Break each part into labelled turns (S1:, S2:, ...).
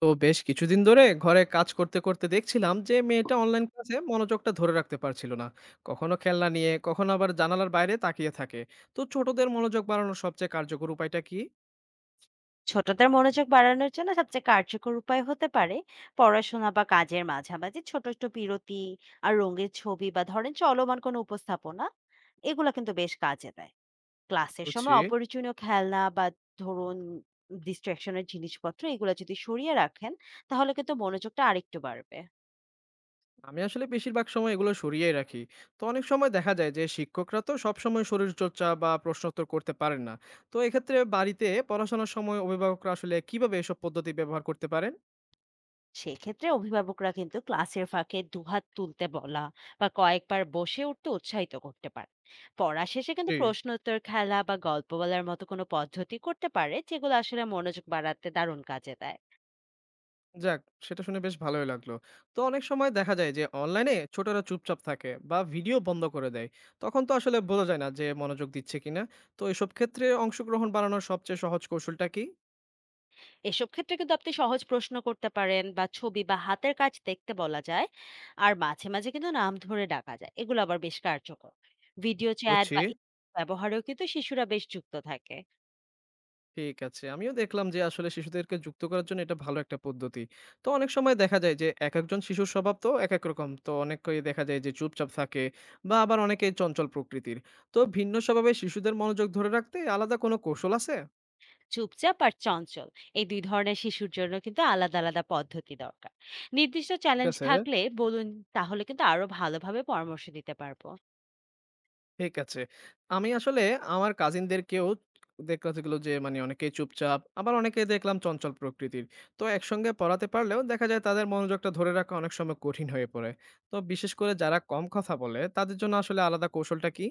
S1: তো বেশ কিছুদিন ধরে ঘরে কাজ করতে দেখছিলাম যে মেয়েটা অনলাইন ক্লাসে মনোযোগটা ধরে রাখতে পারছিল না। কখনো খেলনা নিয়ে, কখনো আবার জানালার বাইরে তাকিয়ে থাকে। তো ছোটদের মনোযোগ বাড়ানোর সবচেয়ে কার্যকর উপায়টা কি?
S2: ছোটদের মনোযোগ বাড়ানোর জন্য সবচেয়ে কার্যকর উপায় হতে পারে পড়াশোনা বা কাজের মাঝামাঝি ছোট ছোট বিরতি আর রঙের ছবি বা ধরেন চলমান কোনো উপস্থাপনা, এগুলো কিন্তু বেশ কাজে দেয়। ক্লাসের
S1: বুঝছি।
S2: সময় অপরিচনীয় খেলনা বা ধরুন ডিস্ট্রাকশনের জিনিসপত্র এগুলো যদি সরিয়ে রাখেন, তাহলে কিন্তু মনোযোগটা আরেকটু বাড়বে।
S1: আমি আসলে বেশিরভাগ সময় এগুলো সরিয়ে রাখি। তো অনেক সময় দেখা যায় যে শিক্ষকরা তো সবসময় শরীরচর্চা বা প্রশ্নোত্তর করতে পারেন না। তো এক্ষেত্রে বাড়িতে পড়াশোনার সময় অভিভাবকরা আসলে কিভাবে এসব পদ্ধতি ব্যবহার করতে পারেন?
S2: সেক্ষেত্রে অভিভাবকরা কিন্তু ক্লাসের ফাঁকে দুহাত তুলতে বলা বা কয়েকবার বসে উঠতে উৎসাহিত করতে পারে। পড়া শেষে কিন্তু
S1: জি।
S2: প্রশ্ন উত্তর খেলা বা গল্প বলার মতো কোনো পদ্ধতি করতে পারে, যেগুলো আসলে মনোযোগ বাড়াতে দারুণ কাজে দেয়।
S1: যাক, সেটা শুনে বেশ ভালোই লাগলো। তো অনেক সময় দেখা যায় যে অনলাইনে ছোটরা চুপচাপ থাকে বা ভিডিও বন্ধ করে দেয়, তখন তো আসলে বোঝা যায় না যে মনোযোগ দিচ্ছে কিনা। তো এসব ক্ষেত্রে অংশগ্রহণ বাড়ানোর সবচেয়ে সহজ কৌশলটা কি?
S2: এসব ক্ষেত্রে কিন্তু আপনি সহজ প্রশ্ন করতে পারেন বা ছবি বা হাতের কাজ দেখতে বলা যায়। আর মাঝে মাঝে কিন্তু নাম ধরে ডাকা যায়, এগুলো আবার বেশ কার্যকর। ভিডিও চ্যাট
S1: বুঝছি।
S2: বা ব্যবহারেও কিন্তু শিশুরা বেশ যুক্ত থাকে।
S1: ঠিক আছে, আমিও দেখলাম যে আসলে শিশুদেরকে যুক্ত করার জন্য এটা ভালো একটা পদ্ধতি। তো অনেক সময় দেখা যায় যে এক একজন শিশুর স্বভাব তো এক এক রকম, তো অনেকেই দেখা যায় যে চুপচাপ থাকে বা আবার অনেকেই চঞ্চল প্রকৃতির। তো ভিন্ন স্বভাবে শিশুদের মনোযোগ ধরে রাখতে আলাদা কোনো কৌশল আছে?
S2: চুপচাপ আর চঞ্চল, এই দুই ধরনের শিশুর জন্য কিন্তু আলাদা আলাদা পদ্ধতি দরকার। নির্দিষ্ট
S1: ঠিক
S2: চ্যালেঞ্জ
S1: আছে।
S2: থাকলে বলুন, তাহলে কিন্তু আরো ভালোভাবে পরামর্শ দিতে পারবো।
S1: ঠিক আছে। আমি আসলে আমার কাজিনদেরকেও দেখলাম যেগুলো যে মানে অনেকেই চুপচাপ, আবার অনেকে দেখলাম চঞ্চল প্রকৃতির। তো একসঙ্গে পড়াতে পারলেও দেখা যায় তাদের মনোযোগটা ধরে রাখা অনেক সময় কঠিন হয়ে পড়ে। তো বিশেষ করে যারা কম কথা বলে তাদের জন্য আসলে আলাদা কৌশলটা কি?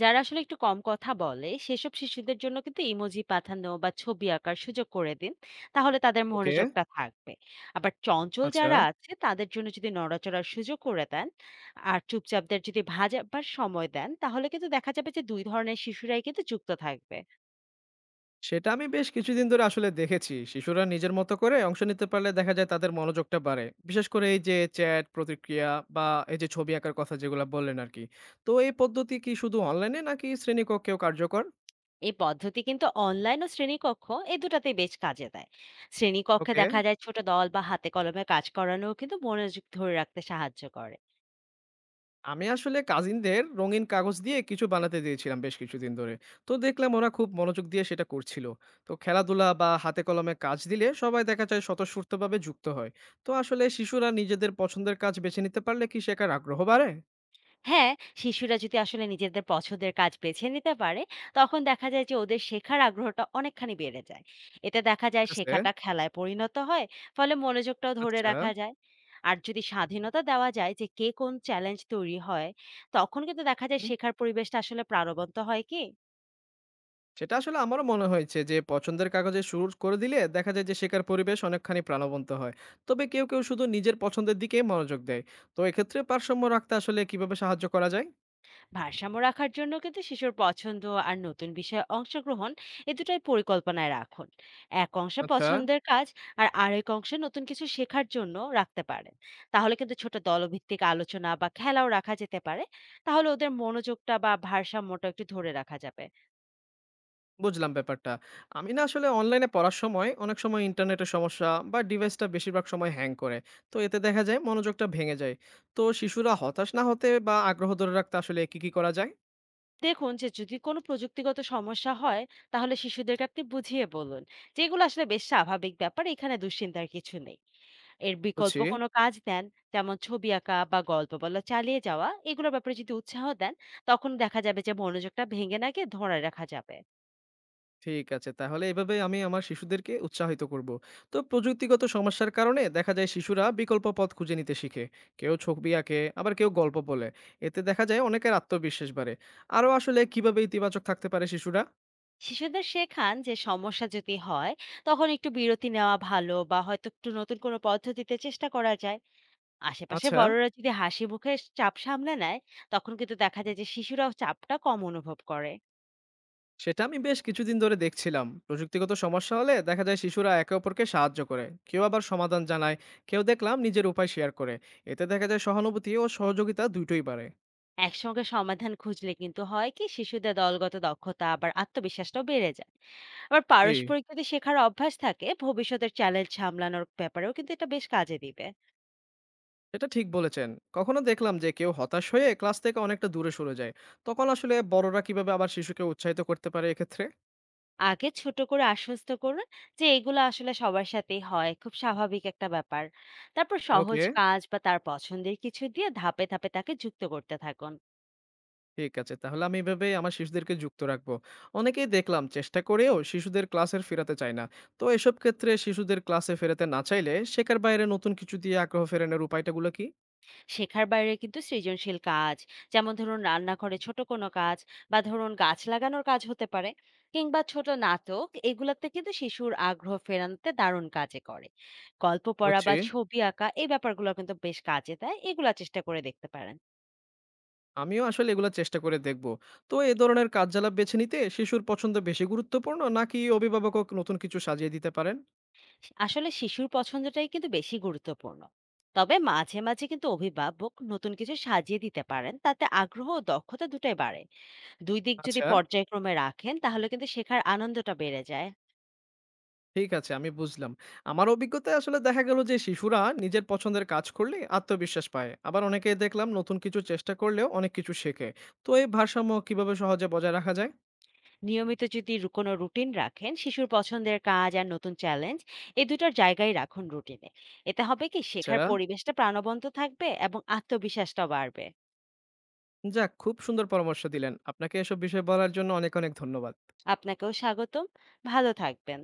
S2: যারা আসলে একটু কম কথা বলে সেসব শিশুদের জন্য কিন্তু ইমোজি পাঠানো বা ছবি আঁকার সুযোগ করে দিন, তাহলে তাদের
S1: ওকে।
S2: মনোযোগটা থাকবে। আবার চঞ্চল
S1: আচ্ছা।
S2: যারা আছে তাদের জন্য যদি নড়াচড়ার সুযোগ করে দেন আর চুপচাপদের যদি ভাজাবার সময় দেন, তাহলে কিন্তু দেখা যাবে যে দুই ধরনের শিশুরাই কিন্তু যুক্ত থাকবে।
S1: সেটা আমি বেশ কিছুদিন ধরে আসলে দেখেছি। শিশুরা নিজের মতো করে অংশ নিতে পারলে দেখা যায় তাদের মনোযোগটা বাড়ে। বিশেষ করে এই যে চ্যাট, প্রতিক্রিয়া বা এই যে ছবি আঁকার কথা যেগুলা বললেন আরকি। তো এই পদ্ধতি কি শুধু অনলাইনে নাকি শ্রেণীকক্ষেও কার্যকর?
S2: এই পদ্ধতি কিন্তু অনলাইন ও শ্রেণীকক্ষ, এই দুটাতেই বেশ কাজে দেয়। শ্রেণীকক্ষে
S1: ওকে।
S2: দেখা যায় ছোট দল বা হাতে কলমে কাজ করানো কিন্তু মনোযোগ ধরে রাখতে সাহায্য করে।
S1: আমি আসলে কাজিনদের রঙিন কাগজ দিয়ে কিছু বানাতে দিয়েছিলাম বেশ কিছুদিন ধরে। তো দেখলাম ওরা খুব মনোযোগ দিয়ে সেটা করছিল। তো খেলাধুলা বা হাতে কলমে কাজ দিলে সবাই দেখা যায় স্বতঃস্ফূর্তভাবে যুক্ত হয়। তো আসলে শিশুরা নিজেদের পছন্দের কাজ বেছে নিতে পারলে কি শেখার আগ্রহ বাড়ে?
S2: হ্যাঁ, শিশুরা যদি আসলে নিজেদের পছন্দের কাজ বেছে নিতে পারে, তখন দেখা যায় যে ওদের শেখার আগ্রহটা অনেকখানি বেড়ে যায়। এতে দেখা
S1: ঠিক
S2: যায়
S1: আছে।
S2: শেখাটা খেলায় পরিণত হয়, ফলে মনোযোগটাও ধরে
S1: আচ্ছা।
S2: রাখা যায়। আর যদি স্বাধীনতা দেওয়া যায় যে কে কোন চ্যালেঞ্জ তৈরি হয়, তখন কিন্তু দেখা যায়
S1: হুম।
S2: শেখার পরিবেশটা আসলে প্রাণবন্ত হয় কি।
S1: সেটা আসলে আমারও মনে হয়েছে যে পছন্দের কাগজে শুরু করে দিলে দেখা যায় যে শেখার পরিবেশ অনেকখানি প্রাণবন্ত হয়। তবে কেউ শুধু নিজের পছন্দের দিকেই মনোযোগ দেয়। তো এক্ষেত্রে পারসাম্য রাখতে আসলে কিভাবে সাহায্য করা যায়?
S2: ভারসাম্য রাখার জন্য কিন্তু শিশুর পছন্দ আর নতুন বিষয়ে অংশগ্রহণ, এ দুটাই পরিকল্পনায় রাখুন। এক অংশে
S1: আচ্ছা।
S2: পছন্দের কাজ আর আরেক অংশে নতুন কিছু শেখার জন্য রাখতে পারেন। তাহলে কিন্তু ছোট দলভিত্তিক আলোচনা বা খেলাও রাখা যেতে পারে, তাহলে ওদের মনোযোগটা বা ভারসাম্যটা একটু ধরে রাখা যাবে।
S1: বুঝলাম ব্যাপারটা। আমি না আসলে অনলাইনে পড়ার সময় অনেক সময় ইন্টারনেটের সমস্যা বা ডিভাইসটা বেশিরভাগ সময় হ্যাং করে। তো এতে দেখা যায় মনোযোগটা ভেঙে যায়। তো শিশুরা হতাশ না হতে বা আগ্রহ ধরে রাখতে আসলে কি করা যায়?
S2: দেখুন যে যদি কোনো প্রযুক্তিগত সমস্যা হয়, তাহলে শিশুদেরকে আপনি বুঝিয়ে বলুন যেগুলো আসলে বেশ স্বাভাবিক ব্যাপার, এখানে দুশ্চিন্তার কিছু নেই। এর বিকল্প
S1: বুঝছি।
S2: কোনো কাজ দেন, যেমন ছবি আঁকা বা গল্প বলা চালিয়ে যাওয়া, এগুলোর ব্যাপারে যদি উৎসাহ দেন, তখন দেখা যাবে যে মনোযোগটা ভেঙে না গিয়ে ধরে রাখা যাবে।
S1: ঠিক আছে। তাহলে এভাবে আমি আমার শিশুদেরকে উৎসাহিত করব। তো প্রযুক্তিগত সমস্যার কারণে দেখা যায় শিশুরা বিকল্প পথ খুঁজে নিতে শিখে। কেউ ছবি আঁকে, আবার কেউ গল্প বলে। এতে দেখা যায় অনেকের আত্মবিশ্বাস বাড়ে। আরো আসলে কিভাবে ইতিবাচক থাকতে পারে শিশুরা?
S2: শিশুদের শেখান যে সমস্যা যদি হয়, তখন একটু বিরতি নেওয়া ভালো বা হয়তো একটু নতুন কোনো পদ্ধতিতে চেষ্টা করা যায়। আশেপাশে
S1: আচ্ছা।
S2: বড়রা যদি হাসি মুখে চাপ সামলে নেয়, তখন কিন্তু দেখা যায় যে শিশুরাও চাপটা কম অনুভব করে।
S1: সেটা আমি বেশ কিছুদিন ধরে দেখছিলাম, প্রযুক্তিগত সমস্যা হলে দেখা যায় শিশুরা একে অপরকে সাহায্য করে, কেউ আবার সমাধান জানায়, কেউ দেখলাম নিজের উপায় শেয়ার করে। এতে দেখা যায় সহানুভূতি ও সহযোগিতা দুটোই বাড়ে।
S2: একসঙ্গে সমাধান খুঁজলে কিন্তু হয় কি শিশুদের দলগত দক্ষতা আবার আত্মবিশ্বাসটাও বেড়ে যায়। আবার
S1: জি,
S2: পারস্পরিক যদি শেখার অভ্যাস থাকে ভবিষ্যতের চ্যালেঞ্জ সামলানোর ব্যাপারেও কিন্তু এটা বেশ কাজে দিবে।
S1: এটা ঠিক বলেছেন। কখনো দেখলাম যে কেউ হতাশ হয়ে ক্লাস থেকে অনেকটা দূরে সরে যায়, তখন আসলে বড়রা কিভাবে আবার শিশুকে উৎসাহিত করতে পারে এক্ষেত্রে?
S2: আগে ছোট করে আশ্বস্ত করুন যে এগুলো আসলে সবার সাথেই হয়, খুব স্বাভাবিক একটা ব্যাপার। তারপর সহজ
S1: ওকে।
S2: কাজ বা তার পছন্দের কিছু দিয়ে ধাপে ধাপে তাকে যুক্ত করতে থাকুন।
S1: ঠিক আছে। তাহলে আমি এভাবে আমার শিশুদেরকে যুক্ত রাখবো। অনেকেই দেখলাম চেষ্টা করেও শিশুদের ক্লাসের ফেরাতে চায় না। তো এসব ক্ষেত্রে শিশুদের ক্লাসে ফেরাতে না চাইলে শেখার বাইরে নতুন কিছু দিয়ে আগ্রহ ফেরানোর উপায়টা গুলো কি?
S2: শেখার বাইরে কিন্তু সৃজনশীল কাজ, যেমন ধরুন রান্নাঘরে ছোট কোনো কাজ বা ধরুন গাছ লাগানোর কাজ হতে পারে, কিংবা ছোট নাটক, এগুলাতে কিন্তু শিশুর আগ্রহ ফেরানোতে দারুণ কাজে করে। গল্প পড়া
S1: হচ্ছে।
S2: বা ছবি আঁকা এই ব্যাপারগুলো কিন্তু বেশ কাজে দেয়, এগুলা চেষ্টা করে দেখতে পারেন।
S1: আমিও আসলে এগুলো চেষ্টা করে দেখব। তো এ ধরনের কার্যকলাপ বেছে নিতে শিশুর পছন্দ বেশি গুরুত্বপূর্ণ নাকি অভিভাবকও নতুন কিছু সাজিয়ে দিতে পারেন?
S2: আসলে শিশুর পছন্দটাই কিন্তু বেশি গুরুত্বপূর্ণ, তবে মাঝে মাঝে কিন্তু অভিভাবক নতুন কিছু সাজিয়ে দিতে পারেন, তাতে আগ্রহ ও দক্ষতা দুটাই বাড়ে। দুই দিক যদি
S1: আচ্ছা।
S2: পর্যায়ক্রমে রাখেন, তাহলে কিন্তু শেখার আনন্দটা বেড়ে যায়।
S1: ঠিক আছে, আমি বুঝলাম। আমার অভিজ্ঞতায় আসলে দেখা গেল যে শিশুরা নিজের পছন্দের কাজ করলে আত্মবিশ্বাস পায়। আবার অনেকে দেখলাম নতুন কিছু চেষ্টা করলেও অনেক কিছু শেখে। তো এই ভারসাম্য কিভাবে সহজে বজায় রাখা যায়?
S2: নিয়মিত যদি কোনো রুটিন রাখেন শিশুর পছন্দের কাজ আর নতুন চ্যালেঞ্জ, এই দুটার জায়গায় রাখুন রুটিনে। এতে হবে কি
S1: আচ্ছা,
S2: শেখার পরিবেশটা প্রাণবন্ত থাকবে এবং আত্মবিশ্বাসটা বাড়বে।
S1: যাক খুব সুন্দর পরামর্শ দিলেন। আপনাকে এসব বিষয়ে বলার জন্য অনেক ধন্যবাদ।
S2: আপনাকেও স্বাগতম, ভালো থাকবেন।